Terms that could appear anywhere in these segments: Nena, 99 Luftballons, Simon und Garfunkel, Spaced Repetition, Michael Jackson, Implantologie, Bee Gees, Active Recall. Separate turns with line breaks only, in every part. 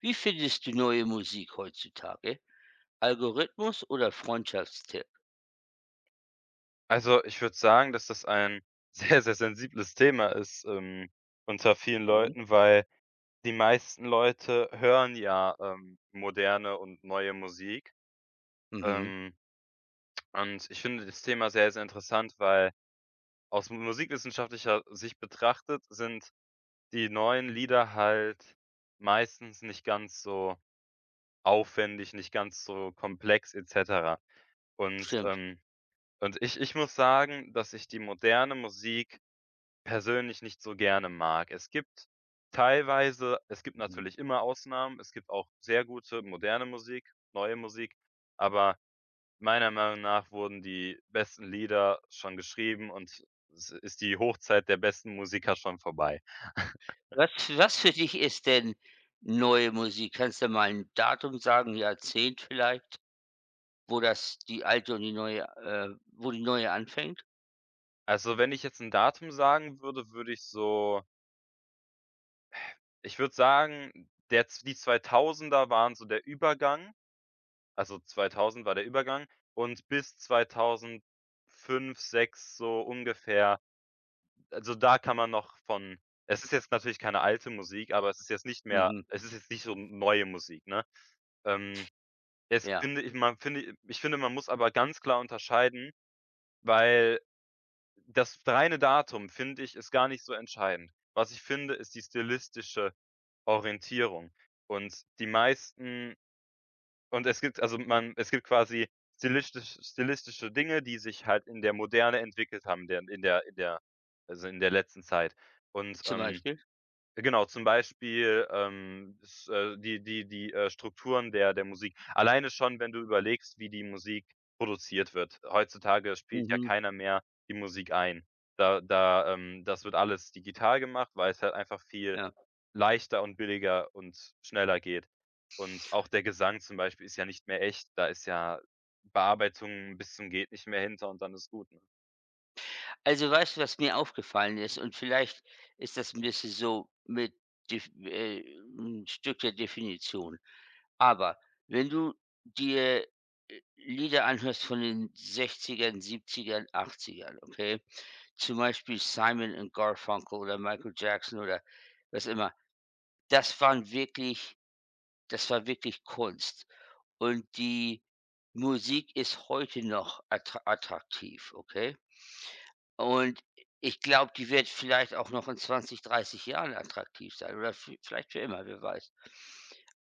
Wie findest du neue Musik heutzutage? Algorithmus oder Freundschaftstipp?
Also, ich würde sagen, dass das ein sehr, sehr sensibles Thema ist, unter vielen
Warum?
Leuten, weil die meisten Leute hören ja, moderne und neue Musik.
Mhm,
Ähm, und ich finde das Thema sehr, sehr interessant, weil aus musikwissenschaftlicher Sicht betrachtet sind die neuen Lieder halt meistens nicht ganz so aufwendig, nicht ganz so komplex et cetera. Und,
stimmt.
ähm und ich muss sagen, dass ich die moderne Musik persönlich nicht so gerne mag. Es gibt teilweise, es gibt
Mhm.
natürlich immer Ausnahmen. Es gibt auch sehr gute moderne Musik, neue Musik, aber meiner Meinung nach wurden die besten Lieder schon geschrieben und es ist die Hochzeit der besten Musiker schon vorbei.
Was was für dich ist denn neue Musik? Kannst du mal ein Datum sagen, Jahrzehnt vielleicht, wo das die alte und die neue wo die neue anfängt?
Also, wenn ich jetzt ein Datum sagen würde, würde ich so, ich würde sagen, der z die 2000er waren so der Übergang. Also, 2000 war der Übergang und bis 2005, 6 so ungefähr, also da kann man noch von, es ist jetzt natürlich keine alte Musik, aber es ist jetzt nicht mehr,
Mhm,
es ist jetzt nicht so neue Musik, ne? Ähm, es
ja,
finde ich man finde ich finde, man muss aber ganz klar unterscheiden, weil das reine Datum, finde ich, ist gar nicht so entscheidend. Was ich finde, ist die stilistische Orientierung und die meisten. Und es gibt, also, man, es gibt quasi stilistische Dinge, die sich halt in der Moderne entwickelt haben, der in der in der also, in der letzten Zeit. Und,
zum
ähm,
Beispiel?
genau, zum Beispiel, s die Strukturen der Musik. Alleine schon, wenn du überlegst, wie die Musik produziert wird. Heutzutage spielt ja
Mhm,
keiner mehr die Musik ein. Das wird alles digital gemacht, weil es halt einfach viel
ja.
leichter und billiger und schneller geht. Und auch der Gesang zum Beispiel ist ja nicht mehr echt, da ist ja Bearbeitung bis zum geht nicht mehr hinter, und dann ist gut, ne?
Also, weißt du, was mir aufgefallen ist, und vielleicht ist das ein bisschen so mit def 'n Stück der Definition. Aber wenn du dir, Lieder anhörst von den 60ern, 70ern, 80, okay? Zum Beispiel Simon und Garfunkel oder Michael Jackson oder was immer. Das waren wirklich das war wirklich Kunst. Und die Musik ist heute noch attraktiv, okay? Und ich glaube, die wird vielleicht auch noch in 20, 30 Jahren attraktiv sein oder vi vielleicht für immer, wer weiß.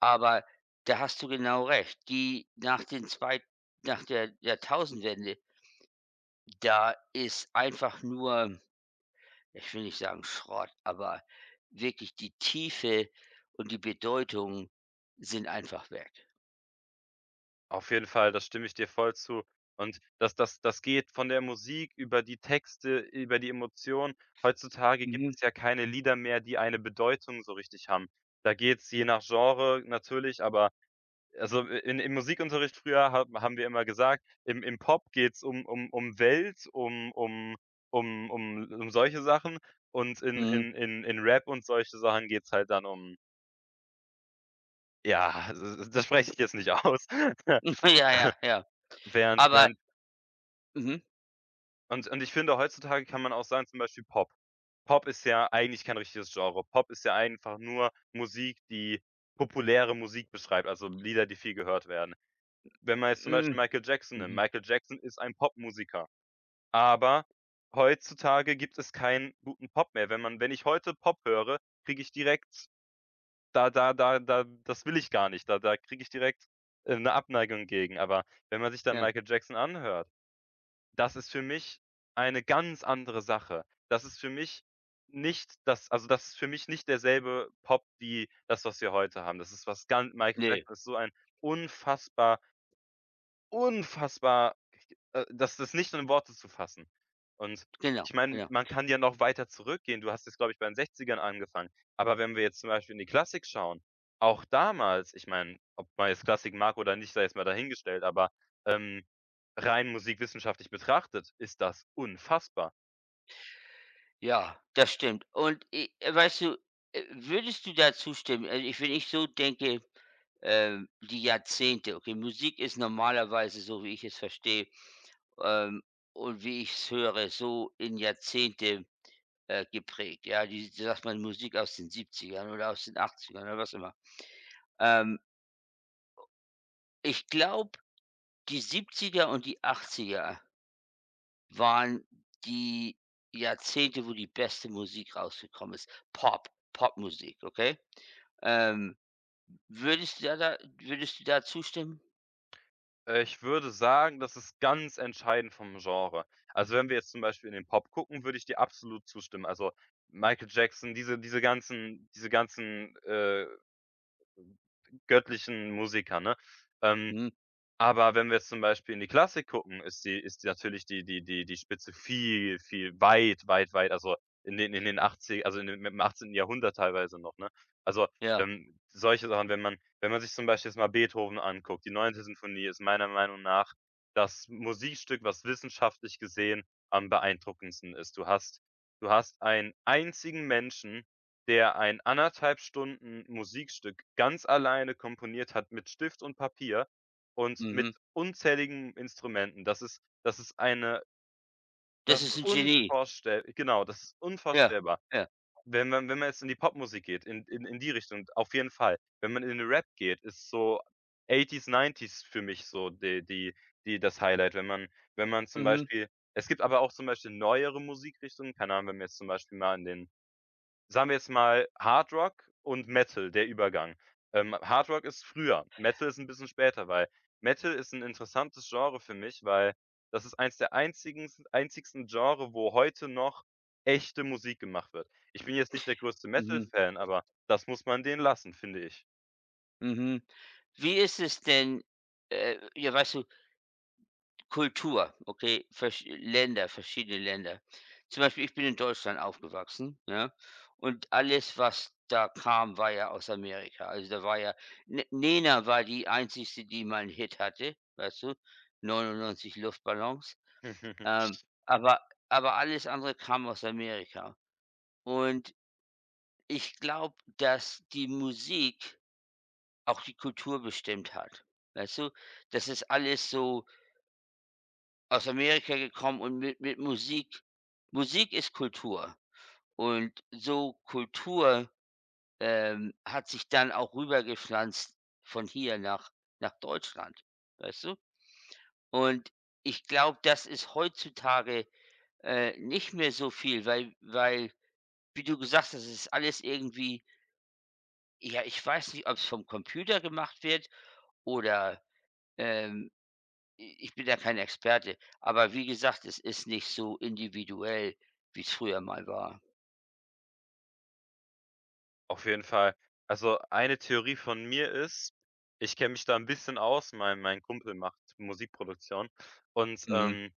Aber da hast du genau recht. Die nach den zwei Nach der Jahrtausendwende, da ist einfach nur, ich will nicht sagen Schrott, aber wirklich die Tiefe und die Bedeutung sind einfach weg.
Auf jeden Fall, das stimme ich dir voll zu. Und das geht von der Musik über die Texte, über die Emotionen. Heutzutage gibt
Mhm,
es ja keine Lieder mehr, die eine Bedeutung so richtig haben. Da geht es je nach Genre natürlich, aber. Also, in im Musikunterricht früher ha haben wir immer gesagt, im Pop geht's um Welt, um solche Sachen, und in
mhm.
in in in Rap und solche Sachen geht's halt dann um, ja, d das spreche ich jetzt nicht aus.
Ja, ja, ja.
Während
Aber
während
mhm,
und ich finde, heutzutage kann man auch sagen, zum Beispiel Pop. Pop ist ja eigentlich kein richtiges Genre. Pop ist ja einfach nur Musik, die populäre Musik beschreibt, also Lieder, die viel gehört werden. Wenn man jetzt zum
hm,
Beispiel Michael Jackson nimmt,
mhm,
Michael Jackson ist ein Popmusiker. Aber heutzutage gibt es keinen guten Pop mehr. Wenn ich heute Pop höre, kriege ich direkt, da da da da das will ich gar nicht. Da kriege ich direkt, 'ne Abneigung gegen. Aber wenn man sich dann
ja.
Michael Jackson anhört, das ist für mich eine ganz andere Sache. Das ist für mich nicht das, also, das ist für mich nicht derselbe Pop wie das, was wir heute haben. Das ist was ganz. Michael
Ne,
Jackson ist so ein unfassbar. Unfassbar, das nicht in Worte zu fassen. Und
genau,
ich meine,
genau.
man kann ja noch weiter zurückgehen. Du hast jetzt, glaube ich, bei den Sechzigern angefangen. Aber wenn wir jetzt zum Beispiel in die Klassik schauen, auch damals, ich meine, ob man jetzt Klassik mag oder nicht, sei jetzt mal dahingestellt, aber, ähm, rein musikwissenschaftlich betrachtet ist das unfassbar.
Ja, das stimmt. Und, weißt du, würdest du da zustimmen? Also, ich wenn ich so denke, die Jahrzehnte, okay, Musik ist normalerweise, so wie ich es verstehe, ähm, und wie ich es höre, so in Jahrzehnte, geprägt. Ja, die sagt man Musik aus den Siebzigern oder aus den Achtzigern oder was immer. Ähm, Ich glaube, die 70 und die 80 waren die Jahrzehnte, wo die beste Musik rausgekommen ist. Pop, Popmusik, okay? Ähm, würdest du da da würdest du da zustimmen?
Ich würde sagen, das ist ganz entscheidend vom Genre. Also, wenn wir jetzt zum Beispiel in den Pop gucken, würde ich dir absolut zustimmen. Also, Michael Jackson, diese ganzen göttlichen Musiker, ne? Ähm,
Mhm,
aber wenn wir jetzt zum Beispiel in die Klassik gucken, ist die natürlich die Spitze viel, viel weit, weit, weit, also, in den 80, also, in den im 18. Jahrhundert teilweise noch, ne? Also,
ja,
solche Sachen, wenn man, wenn man sich zum Beispiel jetzt mal Beethoven anguckt, die Neunte Sinfonie ist meiner Meinung nach das Musikstück, was wissenschaftlich gesehen am beeindruckendsten ist. Du hast einen einzigen Menschen, der ein anderthalb Stunden Musikstück ganz alleine komponiert hat mit Stift und Papier und
mhm.
mit unzähligen Instrumenten. Das ist das ist eine
Das
das
ist
ist
ein Genie.
unvorstellbar. Genau, das ist
Ja,
unvorstellbar.
ja.
Wenn man jetzt in die Popmusik geht, in in die Richtung, auf jeden Fall. Wenn man in den Rap geht, ist so 80's, 90's für mich so die die die das Highlight. Wenn man zum
Mhm,
Beispiel, es gibt aber auch zum Beispiel neuere Musikrichtungen, keine Ahnung, wenn man jetzt zum Beispiel mal in den, sagen wir jetzt mal, Hard Rock und Metal, der Übergang. Hard Rock ist früher, Metal ist ein bisschen später, weil Metal ist ein interessantes Genre für mich, weil das ist eins der einzigen einzigsten Genre, wo heute noch echte Musik gemacht wird. Ich bin jetzt nicht der größte
mhm,
Metal-Fan, aber das muss man denen lassen, finde ich.
mhm. Wie ist es denn, ja, weißt du, Kultur, okay, verschiedene Länder. Zum Beispiel, ich bin in Deutschland aufgewachsen, ja, und alles, was da kam, war ja aus Amerika. Also, da war ja N Nena war die Einzigste, die mal einen Hit hatte, weißt du? „99 Luftballons". Ähm, aber aber alles andere kam aus Amerika. Und ich glaube, dass die Musik auch die Kultur bestimmt hat, weißt du? Das ist alles so aus Amerika gekommen und mit Musik. Musik ist Kultur. Und so Kultur, hat sich dann auch rübergepflanzt von hier nach Deutschland, weißt du? Und ich glaube, das ist heutzutage, nicht mehr so viel, weil, wie du gesagt hast, es ist alles irgendwie, ja, ich weiß nicht, ob es vom Computer gemacht wird, oder, ähm I ich bin ja kein Experte, aber wie gesagt, es ist nicht so individuell, wie es früher mal war.
Auf jeden Fall. Also, eine Theorie von mir ist, ich kenne mich da ein bisschen aus, mein Kumpel macht Musikproduktion und,
Mhm,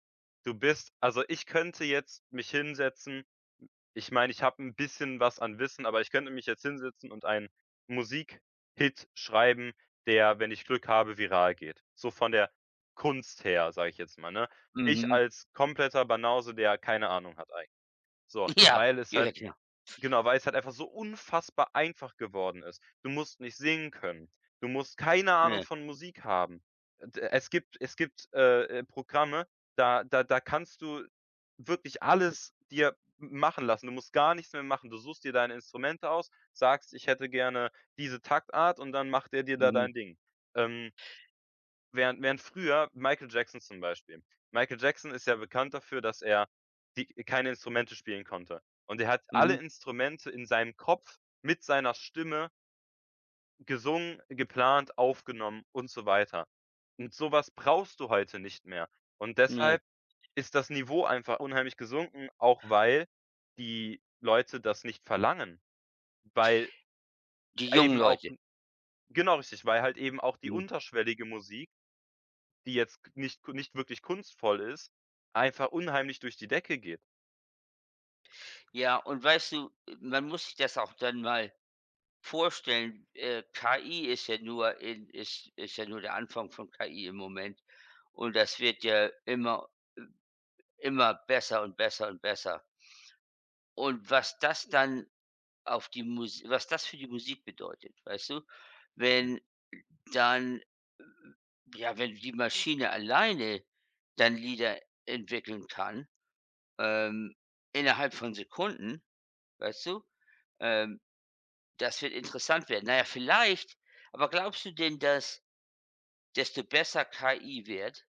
du bist, also, ich könnte jetzt mich hinsetzen, ich meine, ich habe ein bisschen was an Wissen, aber ich könnte mich jetzt hinsetzen und einen Musikhit schreiben, der, wenn ich Glück habe, viral geht. So von der Kunst her, sage ich jetzt mal, ne? Ich
mhm.
als kompletter Banause, der keine Ahnung hat eigentlich. So,
Ja,
weil es halt
ja klar.
Genau, weil es halt einfach so unfassbar einfach geworden ist. Du musst nicht singen können. Du musst keine Ahnung
Ne,
von Musik haben. D es gibt, Programme, da kannst du wirklich alles dir machen lassen. Du musst gar nichts mehr machen. Du suchst dir deine Instrumente aus, sagst: „Ich hätte gerne diese Taktart“, und dann macht er dir da
mhm,
dein Ding. Ähm während früher Michael Jackson zum Beispiel. Michael Jackson ist ja bekannt dafür, dass er die keine Instrumente spielen konnte. Und er hat alle
mhm,
Instrumente in seinem Kopf mit seiner Stimme gesungen, geplant, aufgenommen und so weiter. Und sowas brauchst du heute nicht mehr. Und
ne,
deshalb ist das Niveau einfach unheimlich gesunken, auch weil die Leute das nicht verlangen, weil
die jungen
eben auch,
Leute.
genau richtig, weil halt eben auch die
Mhm.
unterschwellige Musik, die jetzt nicht wirklich kunstvoll ist, einfach unheimlich durch die Decke geht.
Ja, und weißt du, man muss sich das auch dann mal vorstellen, KI ist ja nur der Anfang von KI im Moment, und das wird ja immer besser und besser und besser. Und was das für die Musik bedeutet, weißt du? Wenn dann ja, wenn die Maschine alleine dann Lieder entwickeln kann, ähm, innerhalb von Sekunden, weißt du? Ähm, Das wird interessant werden. Na ja, vielleicht. Aber glaubst du denn, dass, desto besser KI wird,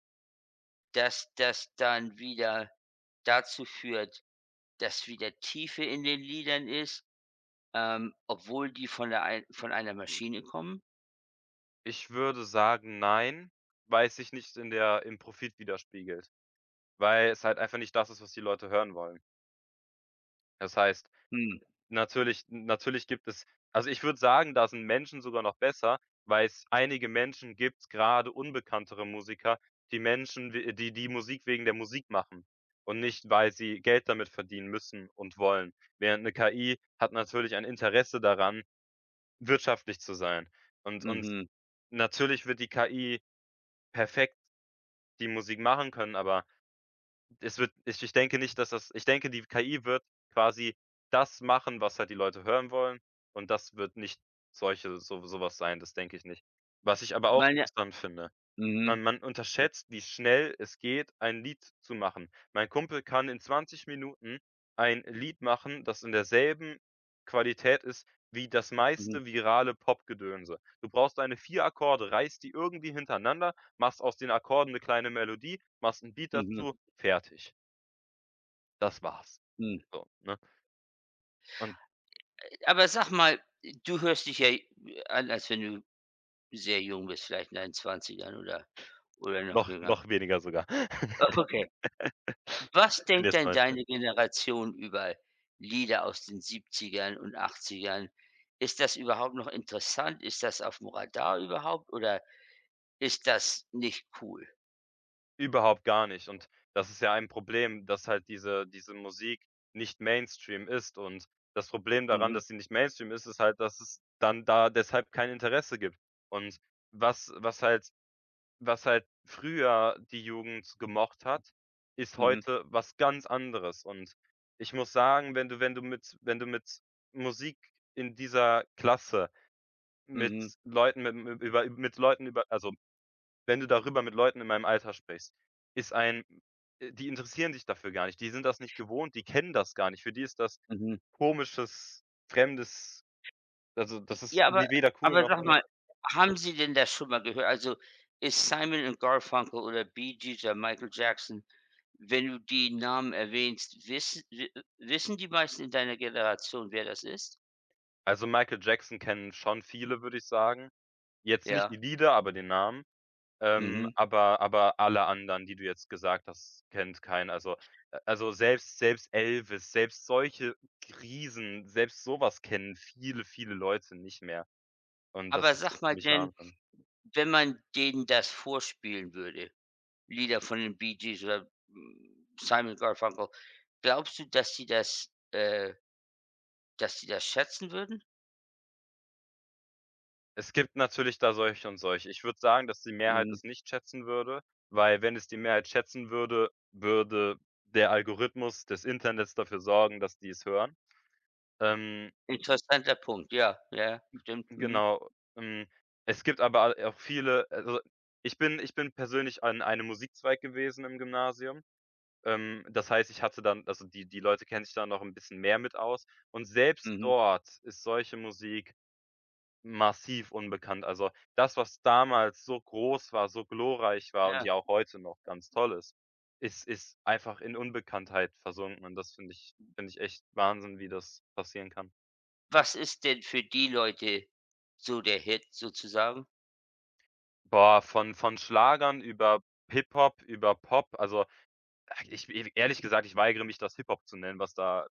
dass das dann wieder dazu führt, dass wieder Tiefe in den Liedern ist, obwohl die von einer Maschine kommen?
Ich würde sagen: „Nein“, weil es sich nicht in der im Profit widerspiegelt, weil es halt einfach nicht das ist, was die Leute hören wollen. Das heißt,
Hm,
natürlich gibt es, also, ich würde sagen, da sind Menschen sogar noch besser, weil es einige Menschen gibt, gerade unbekanntere Musiker, die Menschen w die die Musik wegen der Musik machen und nicht, weil sie Geld damit verdienen müssen und wollen. Während 'ne KI hat natürlich ein Interesse daran, wirtschaftlich zu sein. Und
mhm.
natürlich wird die KI perfekt die Musik machen können, aber es wird, ich denke nicht, dass das, ich denke, die KI wird quasi das machen, was halt die Leute hören wollen, und das wird nicht solche, sowas sein, das denke ich nicht. Was ich aber auch
Man
interessant finde,
Mhm.
man
Ja.
unterschätzt, wie schnell es geht, ein Lied zu machen. Mein Kumpel kann in 20 Minuten ein Lied machen, das in derselben Qualität ist wie das
Mhm.
meiste virale Popgedönse. Du brauchst deine 4 Akkorde, reißt die irgendwie hintereinander, machst aus den Akkorden eine kleine Melodie, machst 'n Beat
Mhm.
dazu, fertig. Das war's.
Mhm.
So, ne? Und
Aber sag mal, du hörst dich ja an, als wenn du sehr jung bist, vielleicht in deinen Zwanzigern oder noch
noch
jünger.
noch weniger sogar.
Okay. Was
Ich bin
denkt
jetzt
denn
19.
deine Generation über Lieder aus den Siebzigern und Achtzigern? Ist das überhaupt noch interessant? Ist das aufm Radar überhaupt, oder ist das nicht cool?
Überhaupt gar nicht. Und das ist ja ein Problem, dass halt diese Musik nicht Mainstream ist. Und das Problem daran,
Mhm.
dass sie nicht Mainstream ist, ist halt, dass es dann da deshalb kein Interesse gibt. Und was was halt was halt früher die Jugend gemocht hat, ist
Mhm.
heute was ganz anderes. Und ich muss sagen, wenn du mit Musik in dieser Klasse mit
Mhm.
Leuten, mit über mit Leuten über also wenn du darüber mit Leuten in meinem Alter sprichst, ist ein. Die interessieren sich dafür gar nicht. Die sind das nicht gewohnt, die kennen das gar nicht. Für die ist das
Mhm.
komisches, fremdes, also,
J
das ist
ja, aber
we weder cool
aber
noch,
sag
ne?
mal, haben Sie denn das schon mal gehört? Also, ist Simon& und Garfunkel oder Bee Gees oder Michael Jackson, wenn du die Namen erwähnst, wissen die meisten in deiner Generation, wer das ist?
Also, Michael Jackson kennen schon viele, würde ich sagen. Jetzt nicht
Ja,
die Lieder, aber den Namen. Ähm,
mhm.
aber aber alle anderen, die du jetzt gesagt hast, kennt keiner. Also, selbst Elvis, selbst solche Riesen, selbst sowas kennen viele, viele Leute nicht mehr. Und das
Aber
ist
sag mal
ziemlich
denn,
Wahnsinn.
wenn man denen das vorspielen würde, Lieder von den Bee Gees oder, Simon& Garfunkel, glaubst du, dass sie das schätzen würden?
Es gibt natürlich da solche und solche. Ich würde sagen, dass die Mehrheit
Mhm.
es nicht schätzen würde, weil wenn es die Mehrheit schätzen würde, würde der Algorithmus des Internets dafür sorgen, dass die es hören. Ähm,
Interessanter Punkt, ja, ja, stimmt. Mhm,
genau, hm, es gibt aber a auch viele, also, ich bin persönlich an einem Musikzweig gewesen im Gymnasium. Das heißt, ich hatte dann, also, die Leute kennen sich da noch ein bisschen mehr mit aus und selbst
mhm,
dort ist solche Musik massiv unbekannt. Also, das, was damals so groß war, so glorreich war und
ja.
ja auch heute noch ganz toll ist, ist einfach in Unbekanntheit versunken und das finde ich echt Wahnsinn, wie das passieren kann.
Was ist denn für die Leute so der Hit sozusagen?
Boah, von Schlagern über Hip-Hop, über Pop, also, ich, e ehrlich gesagt, ich weigere mich, das Hip-Hop zu nennen, was da,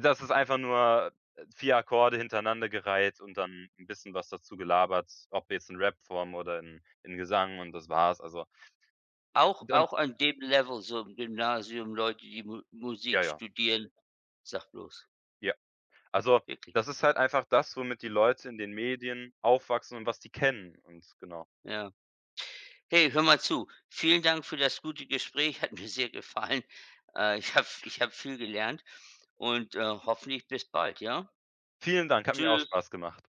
das ist einfach nur 4 Akkorde hintereinander gereiht und dann ein bisschen was dazu gelabert, ob jetzt in Rapform oder in Gesang, und das war's. Also,
Auch
und
auch an dem Level, so im Gymnasium, Leute, die Mu
ja,
Musik
ja.
studieren. Sag bloß,
Also,
wirklich,
das ist halt einfach das, womit die Leute in den Medien aufwachsen und was die kennen, und genau.
ja. Hey, hör mal zu. Vielen Dank für das gute Gespräch, hat mir sehr gefallen. Ich habe viel gelernt, und, hoffentlich bis bald, ja?
Vielen Dank, hat mir auch
Tschüss.
Spaß gemacht.